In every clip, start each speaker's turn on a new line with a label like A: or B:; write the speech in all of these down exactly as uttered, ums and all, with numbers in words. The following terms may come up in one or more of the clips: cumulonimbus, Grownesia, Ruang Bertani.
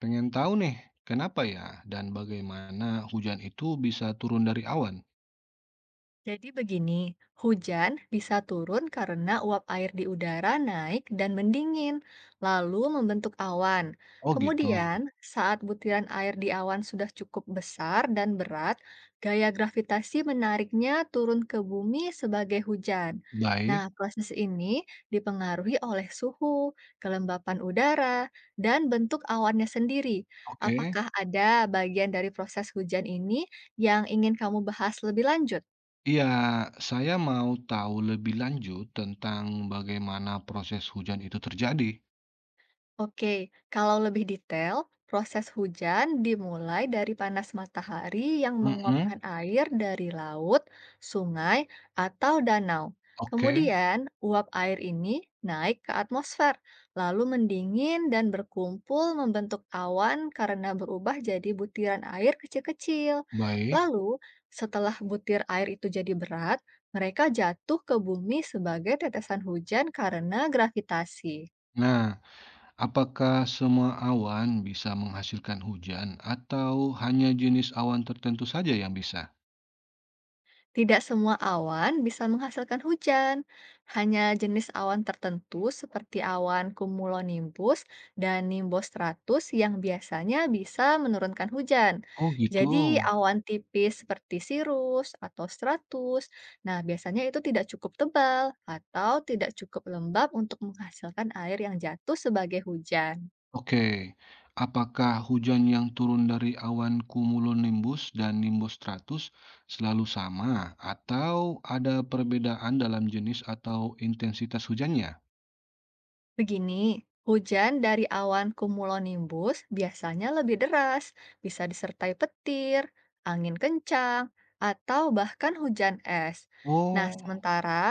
A: Pengen tahu nih, kenapa ya dan bagaimana hujan itu bisa turun dari awan?
B: Jadi begini, hujan bisa turun karena uap air di udara naik dan mendingin, lalu membentuk awan.
A: Oh gitu.
B: Kemudian, saat butiran air di awan sudah cukup besar dan berat, gaya gravitasi menariknya turun ke bumi sebagai hujan.
A: Baik,
B: Nah, proses ini dipengaruhi oleh suhu, kelembapan udara, dan bentuk awannya sendiri.
A: oke.
B: Apakah ada bagian dari proses hujan ini yang ingin kamu bahas lebih lanjut?
A: Iya, saya mau tahu lebih lanjut tentang bagaimana proses hujan itu terjadi.
B: Oke, kalau lebih detail, proses hujan dimulai dari panas matahari yang menguapkan
A: Mm-mm,
B: air dari laut, sungai, atau danau.
A: oke,
B: Kemudian, uap air ini naik ke atmosfer, lalu mendingin dan berkumpul membentuk awan karena berubah jadi butiran air kecil-kecil.
A: baik.
B: Lalu, setelah butir air itu jadi berat, mereka jatuh ke bumi sebagai tetesan hujan karena gravitasi.
A: Nah, apakah semua awan bisa menghasilkan hujan atau hanya jenis awan tertentu saja yang bisa?
B: Tidak semua awan bisa menghasilkan hujan. Hanya jenis awan tertentu seperti awan cumulonimbus dan nimbostratus yang biasanya bisa menurunkan hujan.
A: Oh gitu.
B: Jadi awan tipis seperti cirrus atau stratus, nah biasanya itu tidak cukup tebal atau tidak cukup lembab untuk menghasilkan air yang jatuh sebagai hujan.
A: Oke, apakah hujan yang turun dari awan cumulonimbus dan nimbus stratus selalu sama, atau ada perbedaan dalam jenis atau intensitas hujannya?
B: Begini, hujan dari awan cumulonimbus biasanya lebih deras, bisa disertai petir, angin kencang, atau bahkan hujan es. Nah,
A: Oh,
B: sementara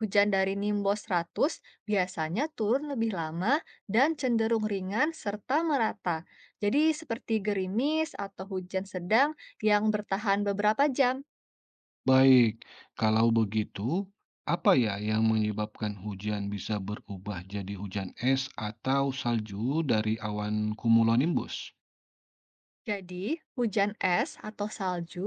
B: hujan dari nimbus seratus biasanya turun lebih lama dan cenderung ringan serta merata. Jadi seperti gerimis atau hujan sedang yang bertahan beberapa jam.
A: baik. Kalau begitu, apa ya yang menyebabkan hujan bisa berubah jadi hujan es atau salju dari awan cumulonimbus?
B: Jadi, hujan es atau salju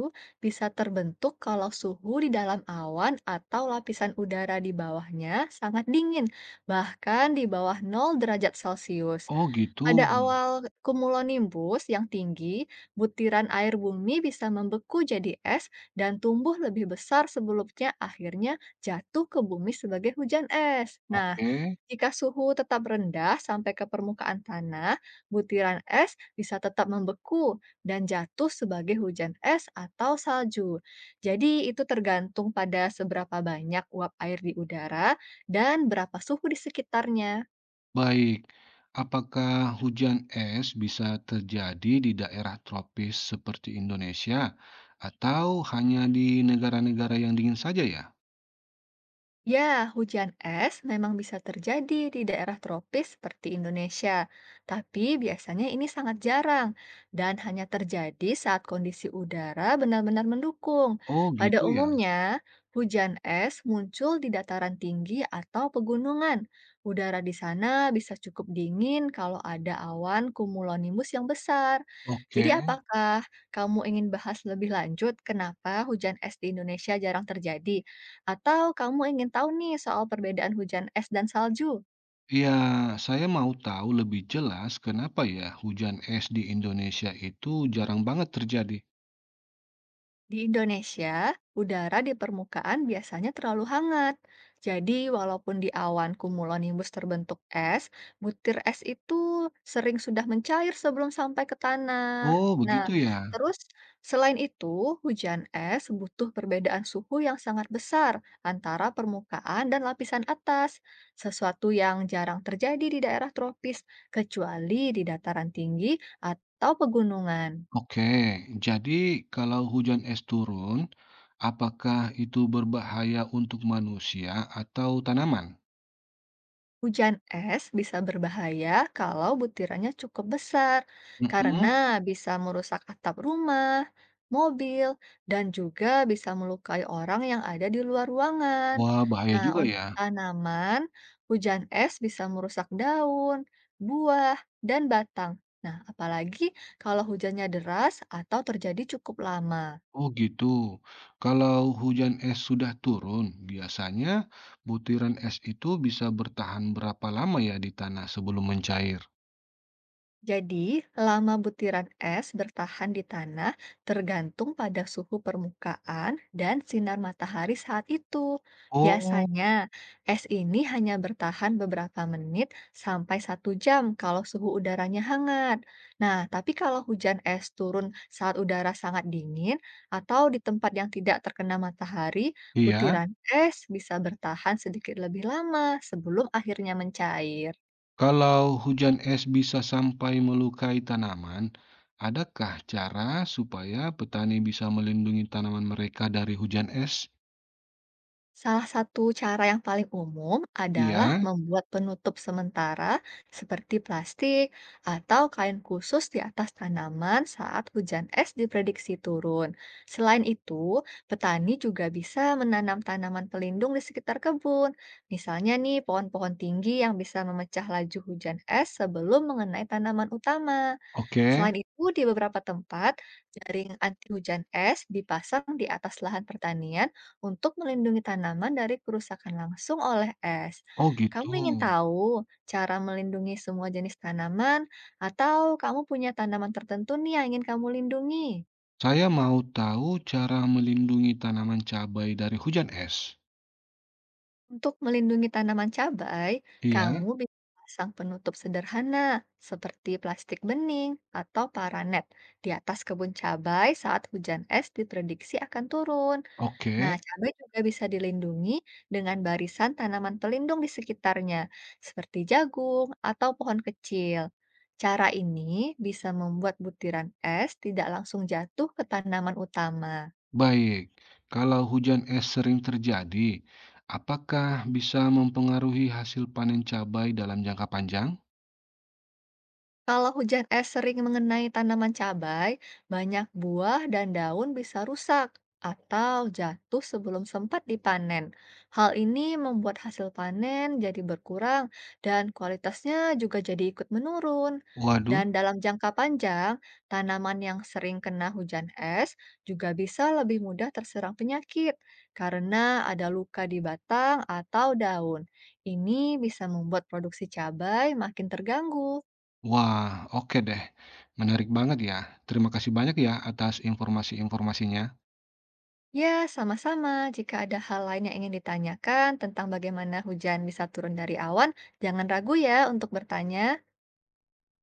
B: bisa terbentuk kalau suhu di dalam awan atau lapisan udara di bawahnya sangat dingin, bahkan di bawah nol derajat Celcius.
A: Oh, gitu.
B: Pada awal cumulonimbus yang tinggi, butiran air bumi bisa membeku jadi es dan tumbuh lebih besar sebelumnya akhirnya jatuh ke bumi sebagai hujan es. Nah,
A: Oke.
B: jika suhu tetap rendah sampai ke permukaan tanah, butiran es bisa tetap membeku dan jatuh sebagai hujan es atau salju. Jadi, itu tergantung pada seberapa banyak uap air di udara dan berapa suhu di sekitarnya.
A: Baik, apakah hujan es bisa terjadi di daerah tropis seperti Indonesia atau hanya di negara-negara yang dingin saja ya?
B: Ya, hujan es memang bisa terjadi di daerah tropis seperti Indonesia, tapi biasanya ini sangat jarang dan hanya terjadi saat kondisi udara benar-benar mendukung.
A: Oh
B: Pada
A: gitu ya.
B: umumnya, hujan es muncul di dataran tinggi atau pegunungan. Udara di sana bisa cukup dingin kalau ada awan cumulonimbus yang besar.
A: Oke.
B: Jadi, apakah kamu ingin bahas lebih lanjut kenapa hujan es di Indonesia jarang terjadi? Atau kamu ingin tahu nih soal perbedaan hujan es dan salju?
A: Ya, saya mau tahu lebih jelas kenapa ya hujan es di Indonesia itu jarang banget terjadi.
B: Di Indonesia, udara di permukaan biasanya terlalu hangat. Jadi, walaupun di awan cumulonimbus terbentuk es, butir es itu sering sudah mencair sebelum sampai ke tanah.
A: Oh
B: Nah,
A: begitu ya.
B: terus selain itu, hujan es butuh perbedaan suhu yang sangat besar antara permukaan dan lapisan atas, sesuatu yang jarang terjadi di daerah tropis, kecuali di dataran tinggi atau pegunungan.
A: Oke, jadi kalau hujan es turun, apakah itu berbahaya untuk manusia atau tanaman?
B: Hujan es bisa berbahaya kalau butirannya cukup besar, karena
A: Mm-mm.
B: bisa merusak atap rumah, mobil, dan juga bisa melukai orang yang ada di luar ruangan.
A: Wah, bahaya
B: Nah,
A: juga
B: untuk
A: ya.
B: tanaman, hujan es bisa merusak daun, buah, dan batang. Nah, apalagi kalau hujannya deras atau terjadi cukup lama.
A: Oh gitu. Kalau hujan es sudah turun, biasanya butiran es itu bisa bertahan berapa lama ya di tanah sebelum mencair?
B: Jadi, lama butiran es bertahan di tanah tergantung pada suhu permukaan dan sinar matahari saat itu.
A: Oh,
B: Biasanya, es ini hanya bertahan beberapa menit sampai satu jam kalau suhu udaranya hangat. Nah, tapi kalau hujan es turun saat udara sangat dingin atau di tempat yang tidak terkena matahari,
A: iya.
B: butiran es bisa bertahan sedikit lebih lama sebelum akhirnya mencair.
A: Kalau hujan es bisa sampai melukai tanaman, adakah cara supaya petani bisa melindungi tanaman mereka dari hujan es?
B: Salah satu cara yang paling umum adalah
A: Iya.
B: membuat penutup sementara seperti plastik atau kain khusus di atas tanaman saat hujan es diprediksi turun. Selain itu, petani juga bisa menanam tanaman pelindung di sekitar kebun. Misalnya nih, pohon-pohon tinggi yang bisa memecah laju hujan es sebelum mengenai tanaman utama.
A: Oke.
B: Selain itu, di beberapa tempat, jaring anti hujan es dipasang di atas lahan pertanian untuk melindungi tanaman dari kerusakan langsung oleh es.
A: Oh gitu.
B: Kamu ingin tahu cara melindungi semua jenis tanaman, atau kamu punya tanaman tertentu nih yang ingin kamu lindungi?
A: Saya mau tahu cara melindungi tanaman cabai dari hujan es.
B: Untuk melindungi tanaman cabai,
A: Iya.
B: kamu bisa pasang penutup sederhana seperti plastik bening atau paranet di atas kebun cabai saat hujan es diprediksi akan turun. Nah,
A: Oke,
B: cabai juga bisa dilindungi dengan barisan tanaman pelindung di sekitarnya, seperti jagung atau pohon kecil. Cara ini bisa membuat butiran es tidak langsung jatuh ke tanaman utama.
A: baik. Kalau hujan es sering terjadi, apakah bisa mempengaruhi hasil panen cabai dalam jangka panjang?
B: Kalau hujan es sering mengenai tanaman cabai, banyak buah dan daun bisa rusak atau jatuh sebelum sempat dipanen. Hal ini membuat hasil panen jadi berkurang dan kualitasnya juga jadi ikut menurun.
A: Waduh,
B: Dan dalam jangka panjang, tanaman yang sering kena hujan es juga bisa lebih mudah terserang penyakit karena ada luka di batang atau daun. Ini bisa membuat produksi cabai makin terganggu.
A: wah, oke deh. Menarik banget ya. Terima kasih banyak ya atas informasi-informasinya.
B: Ya, sama-sama. Jika ada hal lain yang ingin ditanyakan tentang bagaimana hujan bisa turun dari awan, jangan ragu ya untuk bertanya.